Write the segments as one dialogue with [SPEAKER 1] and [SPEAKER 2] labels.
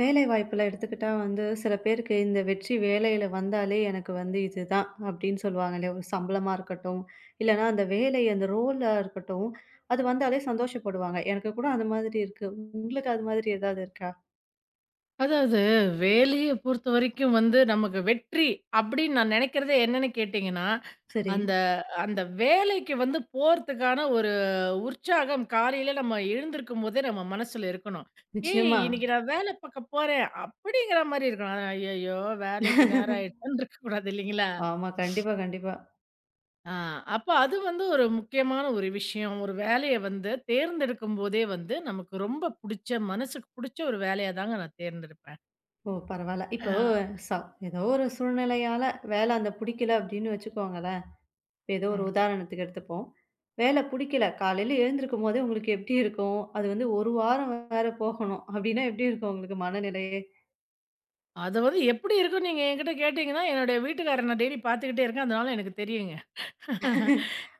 [SPEAKER 1] வேலை வாய்ப்புல எடுத்துக்கிட்டா வந்து, சில பேருக்கு இந்த வெற்றி வேலையில வந்தாலே எனக்கு வந்து இதுதான் அப்டின்னு சொல்லுவாங்க இல்லையா? ஒரு சம்பளமா இருக்கட்டும், இல்லன்னா அந்த வேலை அந்த ரோலா இருக்கட்டும், அது வந்தாலே சந்தோஷப்படுவாங்க. எனக்கு கூட அந்த மாதிரி இருக்கு. உங்களுக்கு அது மாதிரி ஏதாவது இருக்கா?
[SPEAKER 2] அதாவது வேலைய பொறுத்தவரைக்கும் வந்து நமக்கு வெற்றி அப்படின்னு நான் நினைக்கிறதே என்னன்னு கேட்டீங்கன்னா,
[SPEAKER 1] சரி.
[SPEAKER 2] அந்த அந்த வேலைக்கு வந்து போறதுக்கான ஒரு உற்சாகம் காலையில நம்ம எழுந்திருக்கும் போதே நம்ம மனசுல இருக்கணும். "ஏய்
[SPEAKER 1] நிச்சயமா.
[SPEAKER 2] இன்னைக்கு நான் வேலை பாக்க போறேன்" அப்படிங்கிற மாரி இருக்கணும். "ஐயய்யோ! வேலைக்கு நேரம் ஆயிடுச்சான்னு" இருக்கக்கூடாது இல்லைங்களா?
[SPEAKER 1] ஆமா. கண்டிப்பா, கண்டிப்பா.
[SPEAKER 2] ஆ அப்ப அது வந்து ஒரு முக்கியமான ஒரு விஷயம். ஒரு வேலைய வந்து தேர்ந்தெடுக்கும் போதே வந்து நமக்கு ரொம்ப புடிச்ச மனசுக்கு புடிச்ச ஒரு வேலையா தாங்க நான் தேர்ந்தெடுப்பேன்.
[SPEAKER 1] ஓ! பரவால்ல. இப்போ
[SPEAKER 2] ஆ.
[SPEAKER 1] ச ஏதோ ஒரு சூழ்நிலையால வேல அந்த புடிக்கல அப்டின்னு வச்சுக்கோங்களேன். இப்ப ஏதோ ஒரு
[SPEAKER 2] ம்.
[SPEAKER 1] உதாரணத்துக்கு எடுத்துப்போம். வேலை புடிக்கல. காலையில எழுந்திருக்கும் போதே உங்களுக்கு எப்படி இருக்கும்? அது வந்து 1 வாரம் வேற போகணும். அப்படின்னா எப்படி இருக்கும் உங்களுக்கு மனநிலையே?
[SPEAKER 2] அது வந்து எப்படி இருக்கும்ன்னு நீங்க என்கிட்ட கேட்டீங்கன்னா, என்னுடைய வீட்டுக்காரர நான் டெய்லி பார்த்துக்கிட்டே இருக்கேன். அதனால எனக்கு தெரியுங்க.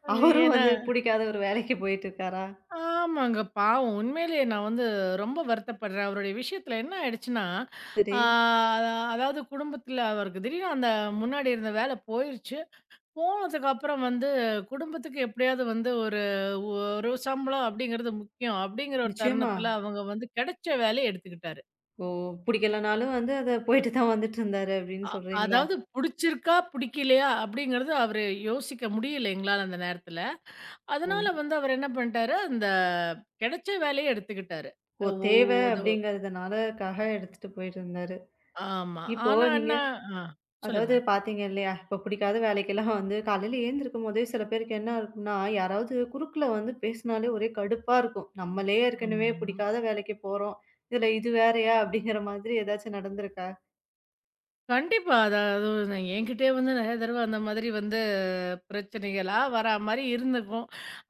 [SPEAKER 1] அவரும்
[SPEAKER 2] ஏன்னா
[SPEAKER 1] வந்து புடிக்காத ஒரு வேலைக்கு போயிட்டுருக்காரா?
[SPEAKER 2] ஆமாங்க. பாவம் உண்மையிலேயே நான் வந்து ரொம்ப வருத்தப்படுறேன். அவருடைய விஷயத்தில என்ன ஆயிடுச்சுன்னா,
[SPEAKER 1] சரி.
[SPEAKER 2] ஆ அதாவது குடும்பத்தில அவருக்கு திடீர்னு அந்த முன்னாடி இருந்த வேலை போயிருச்சு. போனதுக்கப்புறம் வந்து குடும்பத்துக்கு எப்படியாவது வந்து ஒரு ஒரு சம்பளம் அப்படிங்கிறது முக்கியம். அப்படிங்கிற ஒரு
[SPEAKER 1] நிச்சயமா?
[SPEAKER 2] தருணத்தில அவங்க வந்து கிடைச்ச வேலைய எடுத்துக்கிட்டாரு.
[SPEAKER 1] ஓ! புடிக்கலனாலும் வந்து அத போயிட்டு தான் வந்துட்டு இருந்தாரு அப்படின்னு
[SPEAKER 2] அ
[SPEAKER 1] சொல்றீங்களா?
[SPEAKER 2] அதாவது புடிச்சிருக்கா, புடிக்கலையா அப்படிங்கிறது அவரு யோசிக்க முடியல எங்களால அந்த நேரத்துல.
[SPEAKER 1] ஓ!
[SPEAKER 2] அதனால வந்து அவர் என்ன பண்ணிட்டாரு, அந்த கிடைச்ச வேலைய எடுத்துக்கிட்டாரு.
[SPEAKER 1] ஓ!
[SPEAKER 2] அ ஓ
[SPEAKER 1] தேவை
[SPEAKER 2] அது
[SPEAKER 1] அப்படிங்கிறதுனால காக எடுத்துட்டு போயிட்டு இருந்தாரு.
[SPEAKER 2] ஆமா.
[SPEAKER 1] இப்போ
[SPEAKER 2] ஆனா
[SPEAKER 1] நீங்க
[SPEAKER 2] என்ன ஆ சொல்லுங்க.
[SPEAKER 1] அதாவது பார்த்தீங்க இல்லையா, இப்போ பிடிக்காத வேலைக்கெல்லாம் வந்து காலையில எழுந்திருக்கும்போதே சில பேருக்கு என்ன இருக்கும்னா, யாராவது குறுக்குல வந்து பேசினாலே ஒரே கடுப்பா இருக்கும். நம்மளே ஏற்கனவே
[SPEAKER 2] ஆமாமா.
[SPEAKER 1] பிடிக்காத வேலைக்கு போறோம். இதில இது வேறயா? அப்படிங்கிற மாதிரி ஏதாச்சும் நடந்திருக்கா?
[SPEAKER 2] கண்டிப்பா. அதாவது என்கிட்டயே வந்து நெறைய தடவ அந்த மாதிரி வந்து பிரச்சனைகளா வரா மாரி இருந்துக்கும்.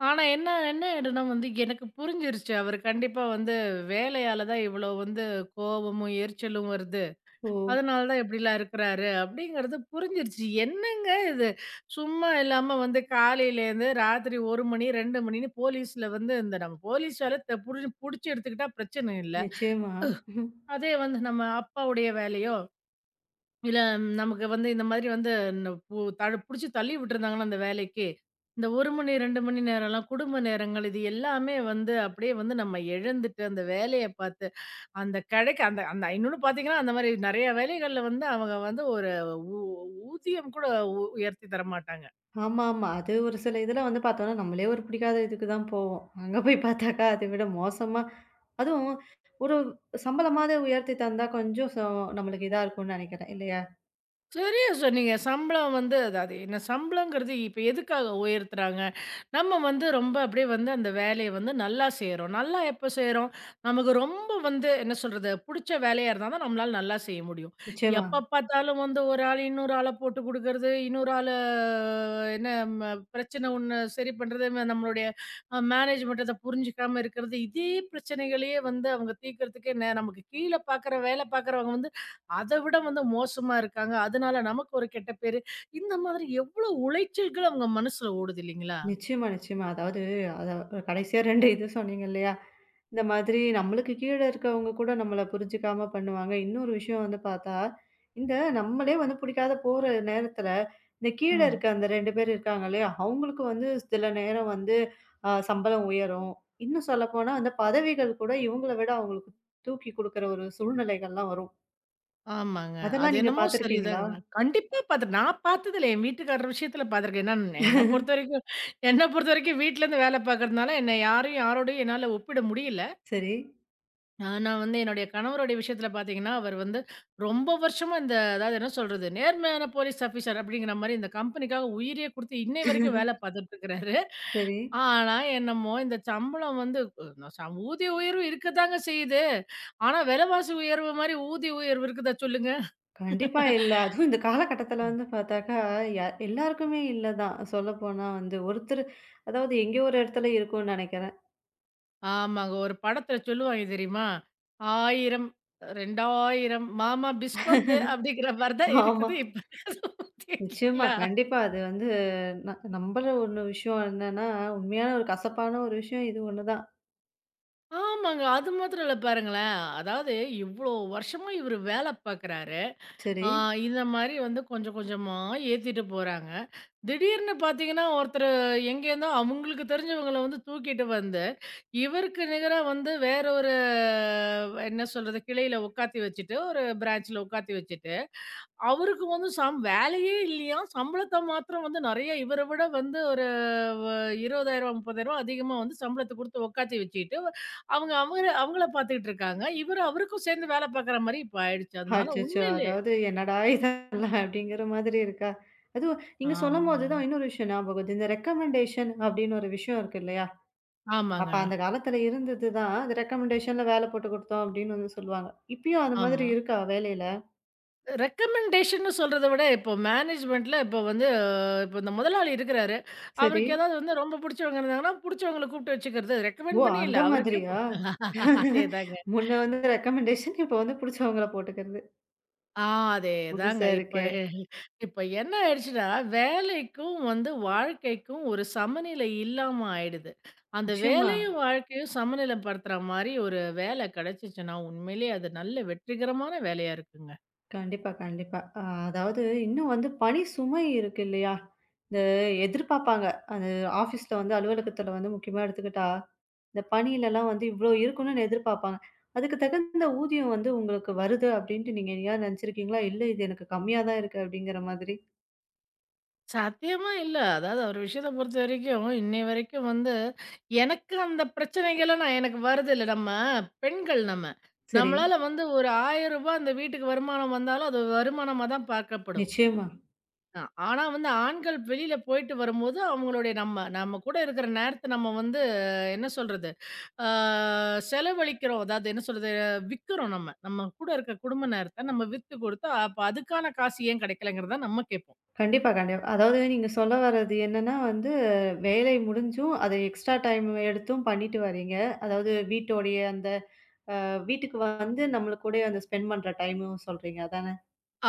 [SPEAKER 2] ஆனா என்ன என்ன ஆயிடும்னா வந்து எனக்கு புரிஞ்சிருச்சு. அவரு கண்டிப்பா வந்து வேலையால தான் இவ்வளோ வந்து கோவமும், எரிச்சலும் வருது.
[SPEAKER 1] ஓ!
[SPEAKER 2] அதனால தான் இப்படிலாம் இருக்கிறாரு அப்படிங்கிறது புரிஞ்சிருச்சு. என்னங்க இது? சும்மா இல்லாம வந்து காலையிலேருந்து ராத்திரி 1 மணி, 2 மணின்னு போலீஸ்ல வந்து இந்த நம்ம போலீஸ் வேல த புடிச்சு புடிச்சு எடுத்துக்கிட்டா பிரச்சனை இல்ல.
[SPEAKER 1] நிச்சயமா. ம்,
[SPEAKER 2] அதே வந்து நம்ம அப்பாவுடைய வேலையோ, இல்ல நமக்கு வந்து இந்த மாதிரி வந்து ந பு தடு புடிச்சு தள்ளி விட்டுருந்தாங்கன்னா அந்த வேலைக்கு, இந்த 1 மணி, 2 மணி நேரம்லாம் குடும்ப நேரங்கள் இது எல்லாமே வந்து அப்படியே வந்து நம்ம இழந்துட்டு அந்த வேலைய பார்த்து அந்த கடைக்கு அந்த அந்த இன்னொன்னு பார்த்தீங்கன்னா, அந்த மாரி நெறைய வேலைகள்ல வந்து அவங்க வந்து ஒரு ஊ ஊதியம் கூட உயர்த்தி தரமாட்டாங்க.
[SPEAKER 1] ஆமா, ஆமா. அது ஒரு சில இதில வந்து பார்த்தோம்னா, நம்மளே ஒரு பிடிக்காத இதுக்கு தான் போவோம். அங்க போய் பார்த்தாக்கா அதை விட மோசமா அதுவும் ஒரு சம்பளமாவது உயர்த்தி தந்தா கொஞ்சம் ச நம்மளுக்கு இதா இருக்கும்னு நினைக்கிறேன். இல்லையா?
[SPEAKER 2] சரியா சொன்னீங்க. சம்பளம் வந்து அதாவது என்ன சம்பளங்கிறது இப்ப எதுக்காக உயர்த்துறாங்க? நம்ம வந்து ரொம்ப அப்படியே வந்து அந்த வேலைய வந்து நல்லா செய்றோம். நல்லா எப்ப செய்றோம்? நமக்கு ரொம்ப வந்து என்ன சொல்றது? புடிச்ச வேலையா இருந்தா தான் நம்மளால நல்லா செய்ய முடியும்.
[SPEAKER 1] நிச்சயமா.
[SPEAKER 2] எப்ப பார்த்தாலும் வந்து ஒரு ஆள் இன்னொரு ஆள போட்டு குடுக்கறது, இன்னொரு ஆள என்ன பிரச்சனை ஒண்ணு சரி பண்றது, நம்மளுடைய மேனேஜ்மெண்ட் அத புரிஞ்சுக்காம இருக்கிறது, இதே பிரச்சனைகளையே வந்து அவங்க தீர்க்கறதுக்கே நமக்கு கீழ பார்க்குற வேலை பார்க்குறவங்க வந்து அத விட வந்து மோசமா இருக்காங்க. அதனால நமக்கு ஒரு கெட்ட பேரு. இந்த மாதிரி எவ்ளோ உளைச்சல்கள் அவங்க மனசுல ஓடுது இல்லைங்களா?
[SPEAKER 1] நிச்சயமா, நிச்சயமா. அதாவது அத கடைசியா 2 இது சொன்னீங்க இல்லையா? இந்த மாதிரி நம்மளுக்கு கீழ இருக்கவங்க கூட நம்மள புரிஞ்சுக்காம பண்ணுவாங்க. இன்னொரு விஷயம் வந்து பார்த்தா, இந்த நம்மளே வந்து பிடிக்காத போற நேரத்துல, இந்த கீழ
[SPEAKER 2] ம்.
[SPEAKER 1] இருக்க அந்த 2 பேர் இருக்காங்க இல்லையா? அவங்களுக்கு வந்து சில நேரம் வந்து சம்பளம் உயரும். இன்னும் சொல்லப்போனா அந்த பதவிகள் கூட இவங்கள விட அவங்களுக்கு தூக்கி குடுக்குற ஒரு சூழ்நிலைகள்லாம் வரும்.
[SPEAKER 2] ஆமாங்க.
[SPEAKER 1] அதெல்லாம்
[SPEAKER 2] அது
[SPEAKER 1] நீங்க
[SPEAKER 2] என்னமோ
[SPEAKER 1] பார்த்துருக்கீங்களா?
[SPEAKER 2] சரிதாங்க. கண்டிப்பா பாத்து நான் பாத்ததில்ல. என் வீட்டுக்காரர் விஷயத்துல பாத்துருக்கேன். ஏன்னா என்ன பொறுத்தவரைக்கும் என்ன பொறுத்தவரைக்கும் வீட்லருந்து வேல பாக்குறதுனால என்ன யாரையும் யாரோடையும் என்னால ஒப்பிட முடியல.
[SPEAKER 1] சரி.
[SPEAKER 2] ஆனா வந்து என்னுடைய கணவருடைய விஷயத்துல பாத்தீங்கன்னா, அவர் வந்து ரொம்ப வருஷமா இந்த அதாவது என்ன சொல்றது, நேர்மையான போலீஸ் ஆஃபீசர் அப்படிங்கிற மாரி இந்த கம்பெனிக்காக உயிரையே குடுத்து இன்னை வரைக்கும் வேல பாத்துட்டு இருக்கிறாரு.
[SPEAKER 1] சரி.
[SPEAKER 2] ஆனா என்னமோ இந்த சம்பளம் வந்து அ சம் ஊதிய உயர்வு இருக்கத்தாங்க செய்யுது. ஆனா விலைவாசி உயர்வு மாரி ஊதிய உயர்வு இருக்குதா சொல்லுங்க?
[SPEAKER 1] கண்டிப்பா இல்ல. அதுவும் இந்த காலகட்டத்தில வந்து பார்த்தாக்கா, ய எல்லாருக்குமே இல்ல தான். சொல்லப்போனா வந்து ஒருத்தர் அதாவது எங்கேயோ ஒரு இடத்துல இருக்கும்னு நெனைக்கிறேன்.
[SPEAKER 2] ஆமாங்க. ஒரு படத்துல சொல்லுவாங்க தெரியுமா? 1000 2000 மாமா பிஸ்கோத்து அப்படிங்கிற மாரி தான்
[SPEAKER 1] ஆமா.
[SPEAKER 2] இருக்குது இப்ப
[SPEAKER 1] நிச்சயமா.
[SPEAKER 2] கேக்குறீங்களா?
[SPEAKER 1] கண்டிப்பா. அது வந்து ந நம்பள ஒண்ணு விஷயம் என்னன்னா, உண்மையான ஒரு கசப்பான ஒரு விஷயம் இது ஒண்ணு தான்.
[SPEAKER 2] ஆமாங்க. அது மாத்திரம் இல்ல பாருங்களேன். அதாவது இவ்ளோ வருஷமா இவரு வேல பாக்குறாரு.
[SPEAKER 1] சரி.
[SPEAKER 2] ஆ, இந்த மாரி வந்து கொஞ்சம் கொஞ்சமா ஏத்திட்டு போறாங்க. திடீர்னு பார்த்தீங்கன்னா, ஒருத்தரு எங்கேருந்தோ அவங்களுக்கு தெரிஞ்சவங்கள வந்து தூக்கிட்டு வந்து, இவருக்கு நிகரா வந்து வேற ஒரு என்ன சொல்றது? கிளையில உட்காத்தி வச்சுட்டு, ஒரு பிரான்ச்ல உட்காத்தி வச்சுட்டு, அவருக்கு வந்து சம் வேலையே இல்லையாம். சம்பளத்த மாத்திரம் வந்து நெறைய இவர விட வந்து ஒரு ரூ. 20,000 ரூ. 30,000 அதிகமா வந்து சம்பளத்த குடுத்து உட்காத்தி வச்சுக்கிட்டு, அவங்க அவங்கள பார்த்துக்கிட்டு இருக்காங்க. இவரு அவருக்கும் சேர்ந்து வேல பார்க்குற மாரி இப்ப ஆயிடுச்சு. அதனால
[SPEAKER 1] அச்சச்சோ!
[SPEAKER 2] உண்மையிலே
[SPEAKER 1] அதாவது என்னடா இதெல்லாம் அப்படிங்கிற மாதிரி இருக்கா? அதுவும் நீங்க
[SPEAKER 2] ஆமாங்க.
[SPEAKER 1] சொல்லும்போது தான் இன்னொரு விஷயம் ஞாபகம் வருது. இந்த ரெக்கமெண்டேஷன் அப்படின்னு ஒரு விஷயம் இருக்கு இல்லையா? அப்ப
[SPEAKER 2] ஆமாங்க.
[SPEAKER 1] அந்த காலத்துல இருந்தது தான். அது ரெக்கமெண்டேஷன்ல வேல போட்டு குடுத்தோம் அப்படின்னு வந்து சொல்லுவாங்க. இப்பயும் அது மாதிரி
[SPEAKER 2] ஆமா.
[SPEAKER 1] இருக்கா வேலையில?
[SPEAKER 2] ரெக்கமெண்டேஷன்னு சொல்றத விட, இப்போ மேனேஜ்மெண்ட்ல இப்போ வந்து இப்போ இந்த முதலாளி இருக்கிறாரு.
[SPEAKER 1] சரி.
[SPEAKER 2] அவருக்கு ஏதாவது வந்து ரொம்ப புடிச்சவங்க இருந்தாங்கன்னா, புடிச்சவங்கள கூப்பிட்டு வச்சுக்கிறது.
[SPEAKER 1] ஓ!
[SPEAKER 2] ரெக்கமெண்ட் பண்ணி
[SPEAKER 1] அந்த
[SPEAKER 2] இல்ல. அவருக்கே
[SPEAKER 1] மாதிரியா?
[SPEAKER 2] அதேதாங்க.
[SPEAKER 1] முன்ன வந்து ரெக்கமெண்டேஷன் இப்ப வந்து புடிச்சவங்கள போட்டுக்கிறது.
[SPEAKER 2] ஆ அதேதாங்க.
[SPEAKER 1] புதுசா
[SPEAKER 2] இப்ப
[SPEAKER 1] இருக்கே!
[SPEAKER 2] இப்ப என்ன ஆயிடுச்சுன்னா, வேலைக்கும் வந்து வாழ்க்கைக்கும் ஒரு சமநிலை இல்லாம ஆயிடுது. அந்த
[SPEAKER 1] நிச்சயமா.
[SPEAKER 2] வேலையும், வாழ்க்கையும் சமநிலைப்படுத்துற மாரி ஒரு வேலை கிடைச்சுச்சுன்னா, உண்மையிலேயே அது நல்ல வெற்றிகரமான வேலையா இருக்குங்க.
[SPEAKER 1] கண்டிப்பா, கண்டிப்பா. அதாவது இன்னும் வந்து பணி சுமை இருக்கு இல்லையா? இந்த எதிர்பார்ப்பாங்க. அது ஆஃபீஸ்ல வந்து அலுவலகத்துல வந்து முக்கியமா எடுத்துக்கிட்டா, இந்த பணியிலலாம் வந்து இவ்ளோ இருக்கணும்னு எதிர்பார்ப்பாங்க. அதுக்கு தகுந்த ஊதியம் வந்து உங்களுக்கு வருது அப்டின்ட்டு நீங்க எங்கேயாவது நெனச்சிருக்கீங்களா? இல்ல இது எனக்கு கம்மியா தான் இருக்கு அப்டிங்கிற மாதிரி?
[SPEAKER 2] சாத்தியமா இல்ல. அதாவது அவர் விஷயத்த பொறுத்தவரைக்கும், இன்னை வரைக்கும் வந்து எனக்கு அந்த பிரச்சனைகள்லாம் நான் எனக்கு வருதில்ல. நம்ம பெண்கள் நம்ம.
[SPEAKER 1] சரி.
[SPEAKER 2] நம்மளால வந்து ஒரு ரூ. 1000 அந்த வீட்டுக்கு வருமானம் வந்தாலும், அது வருமானமா தான் பார்க்கப்படும்.
[SPEAKER 1] நிச்சயமா.
[SPEAKER 2] அ ஆனா வந்து ஆண்கள் வெளியில போயிட்டு வரும்போது, அவங்களுடைய நம்ம நம்ம கூட இருக்கிற நேரத்த நம்ம வந்து என்ன சொல்றது? ஆ செலவழிக்கிறோம். அதாவது என்ன சொல்றது? விக்கிறோம் நம்ம. நம்ம கூட இருக்க குடும்ப நேரத்த நம்ம வித்து குடுத்து, அப்ப அதுக்கான காசு ஏன் கிடைக்கலங்கிறத நம்ம கேப்போம்.
[SPEAKER 1] கண்டிப்பா, கண்டிப்பா. அதாவது நீங்க சொல்ல வர்றது என்னன்னா வந்து, வேலை முடிஞ்சும், அத எக்ஸ்ட்ரா டைம் எடுத்தும் பண்ணிட்டு வர்றீங்க. அதாவது வீட்டோடைய அந்த வீட்டுக்கு வந்து நம்மள கூடயே வந்து ஸ்பெண்ட் பண்ற டைமும் சொல்றீங்க அதானே?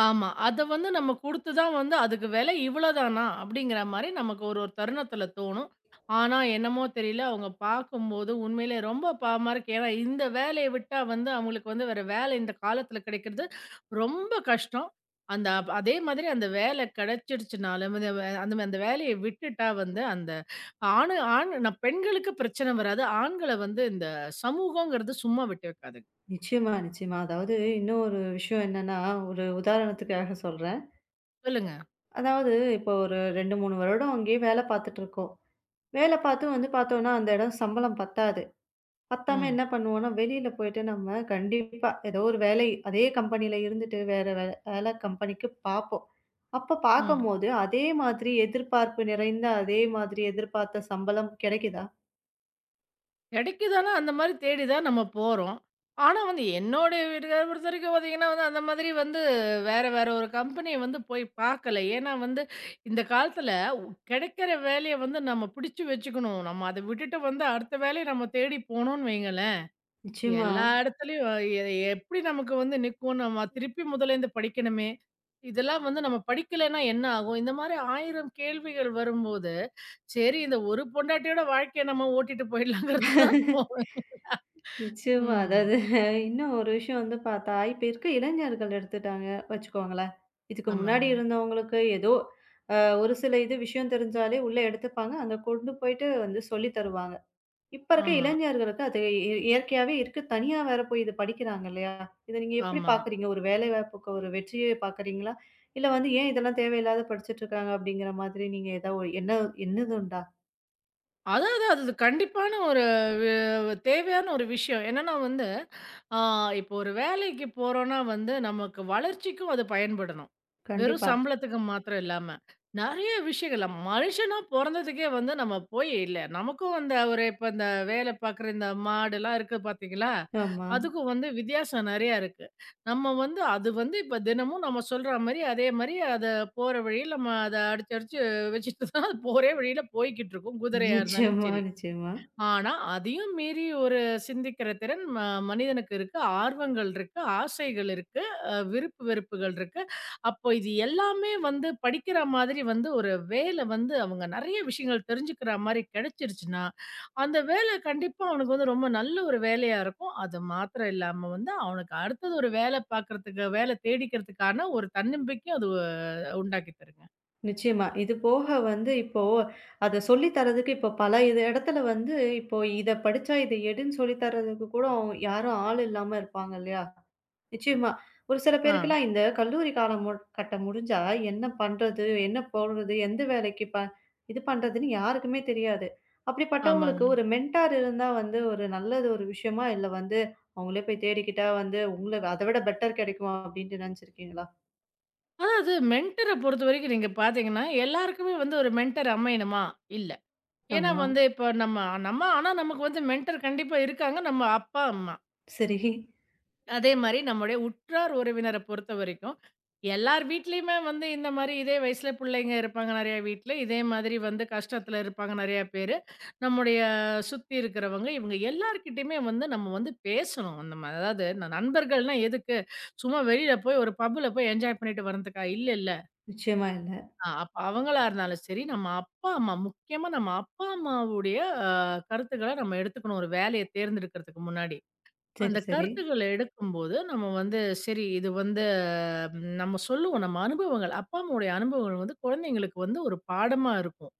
[SPEAKER 2] ஆமா. அத வந்து நம்ம குடுத்து தான் வந்து, "அதுக்கு விலை இவ்வளோதானா?" அப்படிங்கிற மாரி நமக்கு ஒரு ஒரு தருணத்தில தோணும். ஆனா, என்னமோ தெரியல, அவங்க பார்க்கும்போது உண்மையிலே ரொம்ப பாவமா இருக்கு. ஏன்னா, இந்த வேலைய விட்டா வந்து அவங்களுக்கு வந்து வேற வேலை இந்த காலத்தில கிடைக்கிறது ரொம்ப கஷ்டம். அந்த அப் அதே மாதிரி அந்த வேலை கிடைச்சிடுச்சுனாலும், இந்த வே அந்த அந்த வேலைய விட்டுட்டா வந்து, அந்த ஆண் நான் பெண்களுக்கு பிரச்சனை வராது. ஆண்கள வந்து இந்த சமூகங்கிறது சும்மா விட்டு வைக்காதுங்க.
[SPEAKER 1] நிச்சயமா, நிச்சயமா. அதாவது இன்னும் ஒரு விஷயம் என்னன்னா, ஒரு உதாரணத்துக்காக சொல்றேன்.
[SPEAKER 2] சொல்லுங்க.
[SPEAKER 1] அதாவது இப்போ ஒரு 2, 3 வருடம் அங்கேயே வேலை பார்த்துட்டு இருக்கோம். வேலை பார்த்தும் வந்து பார்த்தோம்னா, அந்த இடம் சம்பளம் பத்தாது. பத்தாம
[SPEAKER 2] ம்.
[SPEAKER 1] என்ன பண்ணுவோம்னா, வெளியில போயிட்டு நம்ம கண்டிப்பா ஏதோ ஒரு வேலை அதே கம்பெனியில இருந்துட்டு வேற வேற வேலை கம்பெனிக்கு பார்ப்போம். அப்ப
[SPEAKER 2] ம்.
[SPEAKER 1] பார்க்கும்போது அதே மாதிரி எதிர்பார்ப்பு நிறைந்த, அதே மாதிரி எதிர்பார்த்த சம்பளம் கிடைக்குதா?
[SPEAKER 2] கிடைக்குதானா, அந்த மாரி தேடி தான் நம்ம போறோம். ஆனா வந்து என்னோடைய வீட்டுக்காரர பொறுத்தவரைக்கும் பார்த்தீங்கன்னா வந்து, அந்த மாதிரி வந்து வேற வேற ஒரு கம்பெனிய வந்து போய் பார்க்கல. ஏன்னா வந்து இந்த காலத்தில கிடைக்கிற வேலைய வந்து நம்ம பிடிச்சு வச்சுக்கணும். நம்ம அத விட்டுட்டு வந்து அடுத்த வேலைய நம்ம தேடி போனோம்னு வையுங்களேன்,
[SPEAKER 1] நிச்சயமா.
[SPEAKER 2] எல்லா இடத்துலயும் எ எப்படி நமக்கு வந்து நிக்கும்? நம்ம திருப்பி முதலேருந்து படிக்கணுமே! இதெல்லாம் வந்து நம்ம படிக்கலைன்னா என்ன ஆகும்? இந்த மாரி 1000 கேள்விகள் வரும்போது, சரி இந்த ஒரு பொண்டாட்டியோட வாழ்க்கைய நம்ம ஓட்டிட்டு போயிடலாங்கிறது தான் தோணும்.
[SPEAKER 1] நிச்சயமா.
[SPEAKER 2] ம்.
[SPEAKER 1] அதாவது இன்னும் ஒரு விஷயம் வந்து பார்த்தா, இப்ப இருக்க இளைஞர்கள் எடுத்துட்டாங்க வச்சுக்கோங்களேன். இதுக்கு முன்னாடி
[SPEAKER 2] ஆமாங்க.
[SPEAKER 1] இருந்தவங்களுக்கு ஏதோ அ ஒரு சில இது விஷயம் தெரிஞ்சாலே உள்ள எடுத்துப்பாங்க. அங்க கொண்டு போயிட்டு வந்து சொல்லி தருவாங்க. இப்ப இருக்க
[SPEAKER 2] ஆமா,
[SPEAKER 1] இளைஞர்களுக்கு அது இயற்கையாவே இருக்கு. தனியா வேற போய் இது படிக்கிறாங்க இல்லையா? இத நீங்க எப்படி
[SPEAKER 2] ஆமா.
[SPEAKER 1] பார்க்குறீங்க? ஒரு வேலை வாய்ப்புக்கு ஒரு வெற்றியே பார்க்குறீங்களா? இல்ல வந்து ஏன் இதெல்லாம் தேவையில்லாத படிச்சுட்டு இருக்காங்க அப்படிங்கிற மாதிரி நீங்க ஏதாவது என்ன என்னது உண்டா?
[SPEAKER 2] அதான், அதான். அது கண்டிப்பான ஒரு வே தேவையான ஒரு விஷயம். என்னன்னா வந்து, ஆ இப்போ ஒரு வேலைக்கு போறோம்னா வந்து, நமக்கு வளர்ச்சிக்கும் அது பயன்படணும். வெறும்
[SPEAKER 1] கண்டிப்பா.
[SPEAKER 2] சம்பளத்துக்கு மாத்திரம் இல்லாம. நெறைய விஷயங்கள் நம்ம மனுஷனா பொறந்ததுக்கே வந்து நம்ம போய் இல்ல நமக்கும் அந்த ஒரு இப்ப இந்த வேலை பார்க்குற இந்த மாடுலாம் இருக்கு பார்த்தீங்களா?
[SPEAKER 1] ஆமா.
[SPEAKER 2] அதுக்கும் வந்து வித்தியாசம் நெறையா இருக்கு. நம்ம வந்து அது வந்து இப்ப தினமும் நம்ம சொல்ற மாரி, அதே மாரி அத போற வழியில நம்ம அத அடிச்சு, அடிச்சு வச்சுட்டு தான் அது போறே வழியில போய்க்கிட்டு இருக்கும். குதிரையா இருந்தாலும்
[SPEAKER 1] நிச்சயமா,
[SPEAKER 2] சரி.
[SPEAKER 1] நிச்சயமா.
[SPEAKER 2] ஆனா, அதையும் மீறி ஒரு சிந்திக்கிற திறன் மனிதனுக்கு இருக்கு. ஆர்வங்கள் இருக்கு. ஆசைகள் இருக்கு. விருப்பு வெறுப்புகள் இருக்கு. அப்போ இது எல்லாமே வந்து படிக்கிற மாதிரி வந்து ஒரு வேலை வந்து அவங்க நெறைய விஷயங்கள் தெரிஞ்சுக்கிற மாரி கிடைச்சிருச்சுன்னா, அந்த வேலை கண்டிப்பா அவனுக்கு வந்து ரொம்ப நல்ல ஒரு வேலையா இருக்கும். அது மாத்திரம் இல்லாம வந்து அவனுக்கு அடுத்தது ஒரு வேலை பார்க்கறதுக்கு வேலை தேடிக்கிறதுக்கான ஒரு தன்னம்பிக்கையும் அது உண்டாக்கி தருங்க.
[SPEAKER 1] நிச்சயமா. இது போக வந்து இப்போ அத சொல்லி தர்றதுக்கு இப்போ பல இது இடத்துல வந்து இப்போ இத படிச்சா இத எடுன்னு சொல்லி தர்றதுக்கு கூட யாரும் ஆள் இல்லாம இருப்பாங்க இல்லையா? நிச்சயமா. ஒரு சில
[SPEAKER 2] ஆ,
[SPEAKER 1] பேருக்குலாம் இந்த கல்லூரி காலம் கட்டம் முடிஞ்சா என்ன பண்றது? என்ன போடுறது? எந்த வேலைக்கு இது பண்றதுன்னு யாருக்குமே தெரியாது. அப்படிப்பட்டவங்களுக்கு
[SPEAKER 2] ஆமாங்க.
[SPEAKER 1] ஒரு மென்டார் இருந்தா வந்து ஒரு நல்லது ஒரு விஷயமா? இல்ல வந்து அவங்களே போய் தேடிக்கிட்டா வந்து உங்களுக்கு அத விட பெட்டர் கிடைக்கும் அப்படின்னு நினைச்சிருக்கீங்களா?
[SPEAKER 2] அதாவது மென்டர பொறுத்தவரைக்கும் நீங்க பார்த்தீங்கன்னா, எல்லாருக்குமே வந்து ஒரு மென்டர் அமையணுமா? இல்ல. ஏன்னா
[SPEAKER 1] ஆமா.
[SPEAKER 2] வந்து இப்போ நம்ம நம்ம ஆனா நமக்கு வந்து மென்டர் கண்டிப்பா இருக்காங்க. நம்ம அப்பா, அம்மா.
[SPEAKER 1] சரி.
[SPEAKER 2] அதே மாரி நம்முடைய உற்றார் உறவினர பொறுத்தவரைக்கும், எல்லார் வீட்லயுமே வந்து இந்த மாரி இதே வயசுல பிள்ளைங்க இருப்பாங்க நெறைய வீட்ல. இதே மாதிரி வந்து கஷ்டத்துல இருப்பாங்க நெறைய பேரு. நம்முடைய சுத்தி இருக்கிறவங்க, இவங்க எல்லார்கிட்டயுமே வந்து நம்ம வந்து பேசணும். நம்ம அதாவது நண்பர்கள்னா எதுக்கு? சும்மா வெளியில போய் ஒரு பப்ல போய் என்ஜாய் பண்ணிட்டு வரதுக்கா? இல்லல்ல.
[SPEAKER 1] நிச்சயமா.
[SPEAKER 2] அப்ப அவங்களா இருந்தாலும் சரி, நம்ம அப்பா, அம்மா முக்கியமா நம்ம அப்பா, அம்மாவுடைய அ கருத்துக்கள நம்ம எடுத்துக்கணும். ஒரு வேலைய தேர்ந்தெடுக்கிறதுக்கு முன்னாடி.
[SPEAKER 1] சரி,
[SPEAKER 2] அந்த
[SPEAKER 1] சரி.
[SPEAKER 2] கருத்துக்கள எடுக்கும்போது, நம்ம வந்து சரி இது வந்து ம், நம்ம சொல்லுவோம். நம்ம அனுபவங்கள் அப்பா, அம்மாவுடைய அனுபவங்கள் வந்து குழந்தைங்களுக்கு வந்து ஒரு பாடமா இருக்கும்.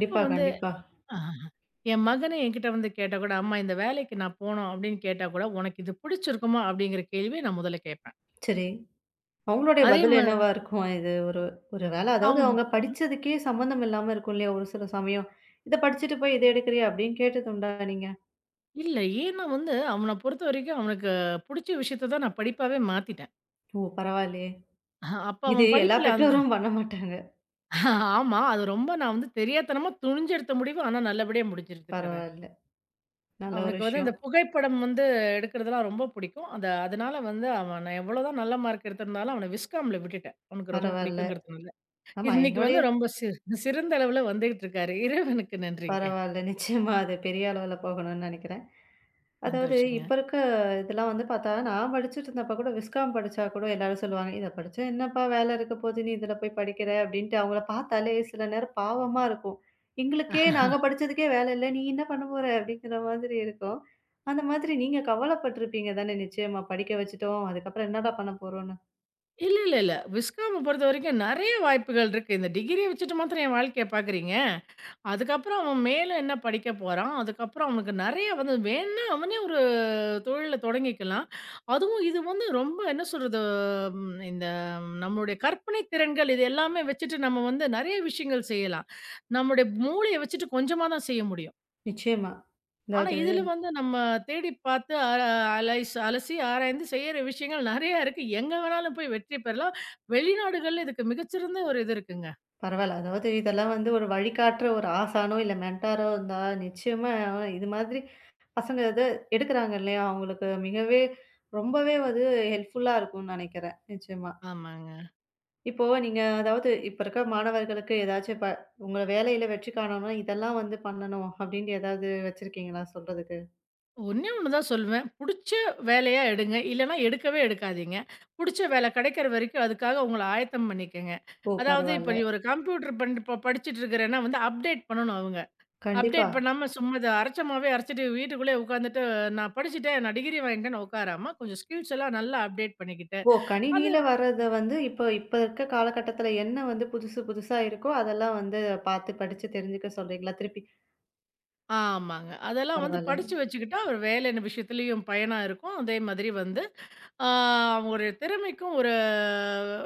[SPEAKER 2] அப்ப வந்து
[SPEAKER 1] கண்டிப்பா.
[SPEAKER 2] ஆஹ், என் மகனே என்கிட்ட வந்து கேட்டா கூட, "அம்மா இந்த வேலைக்கு நான் போணும்" அப்படின்னு கேட்டா கூட, "உனக்கு இது பிடிச்சிருக்குமா?" அப்படிங்கிற கேள்விய நான் முதல்ல கேட்பேன்.
[SPEAKER 1] சரி. அவங்களுடைய
[SPEAKER 2] அதே
[SPEAKER 1] பதில்
[SPEAKER 2] மா
[SPEAKER 1] என்னவா இருக்கும்? இது ஒரு ஒரு வேளை அதாவது அவங்க படிச்சதுக்கே சம்மந்தம் இல்லாம இருக்கும் இல்லையா? ஒரு சில சமயம். "இத படிச்சுட்டு போய் இத எடுக்குறியா?" அப்படின்னு கேட்டதுண்டா நீங்க?
[SPEAKER 2] இல்ல. ஏன்னா வந்து அவன பொறுத்தவரைக்கும் அவனுக்கு புடிச்ச விஷயத்த தான் நான் படிப்பாவே மாத்திட்டேன்.
[SPEAKER 1] ஓ! பரவாயில்லையே.
[SPEAKER 2] அப்ப
[SPEAKER 1] இது
[SPEAKER 2] அவன்
[SPEAKER 1] எல்லா
[SPEAKER 2] படிப்புல அந்த
[SPEAKER 1] பெற்றோரும் பண்ண மாட்டாங்க.
[SPEAKER 2] ஆமா. அது ரொம்ப நான் வந்து தெரியாத்தனமா துணிஞ்சு எடுத்த முடிவு. ஆனா நல்லபடியா முடிச்சிருக்கிறேன்.
[SPEAKER 1] பரவால்ல. நல்ல ஒரு
[SPEAKER 2] அவனுக்கு வந்து
[SPEAKER 1] விஷயம்.
[SPEAKER 2] இந்த புகைப்படம் வந்து எடுக்கிறதெல்லாம் ரொம்ப புடிக்கும். அத அதனால வந்து அவன் நான் எவ்வளோதான் நல்ல மார்க் எடுத்திருந்தாலும் அவன விஸ்காம்ல விட்டுட்டேன். அவனுக்கு ரொம்ப
[SPEAKER 1] பரவால்ல.
[SPEAKER 2] புடிக்குங்கிறதுனால.
[SPEAKER 1] ஆமா
[SPEAKER 2] இன்னைக்கு
[SPEAKER 1] என்னுடைய
[SPEAKER 2] வந்து ரொம்ப சிறந்த அளவுல வந்துகிட்டு இருக்காரு. இறைவனுக்கு நன்றிங்க.
[SPEAKER 1] பரவால்ல. நிச்சயமா அது பெரிய அளவுல போகணும்னு நெனைக்கிறேன். அதாவது
[SPEAKER 2] சந்தோஷங்க.
[SPEAKER 1] இப்ப இருக்க இதெல்லாம் வந்து பார்த்தா, நான் படிச்சுட்டு இருந்தப்ப கூட விஸ்காம் படிச்சா கூட எல்லாரும் சொல்லுவாங்க, "இத படிச்சா என்னப்பா வேலை இருக்க போது? நீ இதுல போய் படிக்கிற" அப்படின்ட்டு அவங்கள பார்த்தாலே சில நேரம் பாவமா இருக்கும். எங்களுக்கே நாங்க படிச்சதுக்கே வேலை இல்ல. நீ என்ன பண்ண போற? அப்படிங்கிற மாதிரி இருக்கும். அந்த மாதிரி நீங்க கவலைப்பட்டுருப்பீங்க தானே நிச்சயமா? படிக்க வச்சுட்டோம். அதுக்கப்புறம் என்னடா பண்ண போறோம்ன்னு.
[SPEAKER 2] இல்ல, இல்ல, இல்ல. விஸ்காம பொறுத்தவரைக்கும் நெறைய வாய்ப்புகள் இருக்கு. இந்த டிகிரிய வச்சுட்டு மாத்திரம் என் வாழ்க்கைய பாக்குறீங்க? அதுக்கப்புறம் அவன் மேல என்ன படிக்க போறான். அதுக்கப்புறம் அவனுக்கு நெறைய வந்து வேணுனா அவனே ஒரு தொழில தொடங்கிக்கலாம். அதுவும் இது வந்து ரொம்ப என்ன சொல்றது, இந்த நம்மளுடைய கற்பனை திறன்கள் இது எல்லாமே வச்சுட்டு நம்ம வந்து நெறைய விஷயங்கள் செய்யலாம். நம்முடைய மூளைய வச்சுட்டு கொஞ்சமா தான் செய்ய முடியும்.
[SPEAKER 1] நிச்சயமா.
[SPEAKER 2] ஆனா,
[SPEAKER 1] அதாவது
[SPEAKER 2] இதுல வந்து நம்ம தேடி பார்த்து அ அலைஸ் அலசி ஆராய்ந்து செய்யற விஷயங்கள் நெறையா இருக்கு. எங்க வேணாலும் போய் வெற்றி பெறலாம். வெளிநாடுகள்ல இதுக்கு மிகச்சிறந்த ஒரு இது இருக்குங்க.
[SPEAKER 1] பரவால்ல. அதாவது இதெல்லாம் வந்து ஒரு வழிகாட்டுற ஒரு ஆசானோ, இல்ல மென்டாரோ இருந்தா நிச்சயமா இது மாதிரி பசங்க இத எடுக்குறாங்க இல்லையா? அவங்களுக்கு மிகவே ரொம்பவே அது ஹெல்ப்ஃபுல்லா இருக்கும்னு நெனைக்கிறேன். நிச்சயமா.
[SPEAKER 2] ஆமாங்க.
[SPEAKER 1] இப்போ நீங்க அதாவது இப்ப இருக்க மாணவர்களுக்கு ஏதாச்சும் இப்ப உங்க வேலையில வெற்றி காணணும்னா, இதெல்லாம் வந்து பண்ணணும் அப்டின்னு ஏதாவது வச்சிருக்கீங்களா சொல்றதுக்கு?
[SPEAKER 2] ஒண்ணே ஒண்ணு தான் சொல்லுவேன். புடிச்ச வேலையா எடுங்க. இல்லன்னா எடுக்கவே எடுக்காதீங்க. புடிச்ச வேலை கிடைக்கிற வரைக்கும் அதுக்காக உங்கள ஆயத்தம் பண்ணிக்கங்க.
[SPEAKER 1] ஓ!
[SPEAKER 2] அதாவது இப்ப
[SPEAKER 1] பரவால்ல.
[SPEAKER 2] நீ ஒரு கம்ப்யூட்டர் இப்ப படிச்சுட்டு இருக்கிறேன்னா வந்து அப்டேட் பண்ணணும் அவங்க.
[SPEAKER 1] கண்டிப்பா.
[SPEAKER 2] அப்டேட் பண்ணாம சும்மா இத அரைச்ச மாவே அரைச்சுட்டு வீட்டுக்குள்ளேயே உட்காந்துட்டு நான் படிச்சுட்டேன், நான் டிகிரி வாங்கிட்டேன்னு உட்காராம, கொஞ்சம் ஸ்கில்ஸ் எல்லாம் நல்லா அப்டேட் பண்ணிக்கிட்டு,
[SPEAKER 1] ஓ!
[SPEAKER 2] அது
[SPEAKER 1] கணினியில வர்றத வந்து இப்ப இப்ப இருக்க காலகட்டத்துல என்ன வந்து புதுசு புதுசா இருக்கோ, அதெல்லாம் வந்து பார்த்து படிச்சு தெரிஞ்சுக்க சொல்றீங்களா? திருப்பி
[SPEAKER 2] ஆமாங்க. அதெல்லாம் வந்து
[SPEAKER 1] பரவால்ல.
[SPEAKER 2] படிச்சு வச்சுக்கிட்டா ஒரு வேலை விஷயத்துலயும் பயனா இருக்கும். அதே மாதிரி வந்து ஆ ஒரு திறமைக்கும் ஒரு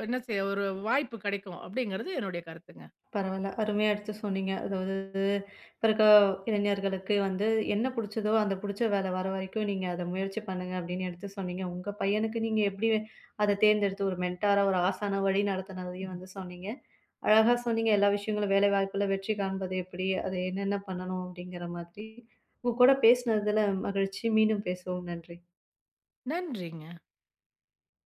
[SPEAKER 2] என்ன செய்ய ஒரு வாய்ப்பு கிடைக்கும். அப்படிங்கிறது என்னுடைய கருத்துங்க.
[SPEAKER 1] பரவால்ல. அருமையா எடுத்து சொன்னீங்க. அதாவது இப்ப இருக்க இளைஞர்களுக்கு வந்து என்ன புடிச்சதோ, அந்த புடிச்ச வேலை வர வரைக்கும் நீங்க அத முயற்சி பண்ணுங்க அப்படின்னு எடுத்து சொன்னீங்க. உங்க பையனுக்கு நீங்க எப்படி அத தேர்ந்தெடுத்து ஒரு மென்டாரா, ஒரு ஆசானா வழி நடத்துனதையும் வந்து சொன்னீங்க. அழகா சொன்னீங்க எல்லா விஷயங்களும் வேலைவாய்ப்புல வெற்றி காண்பது எப்படி? அது என்னென்ன பண்ணணும் அப்படிங்கிற மாதிரி. உங்க கூட பேசினதுல மகிழ்ச்சி. மீண்டும் பேசுவோம். நன்றி.
[SPEAKER 2] நன்றிங்க.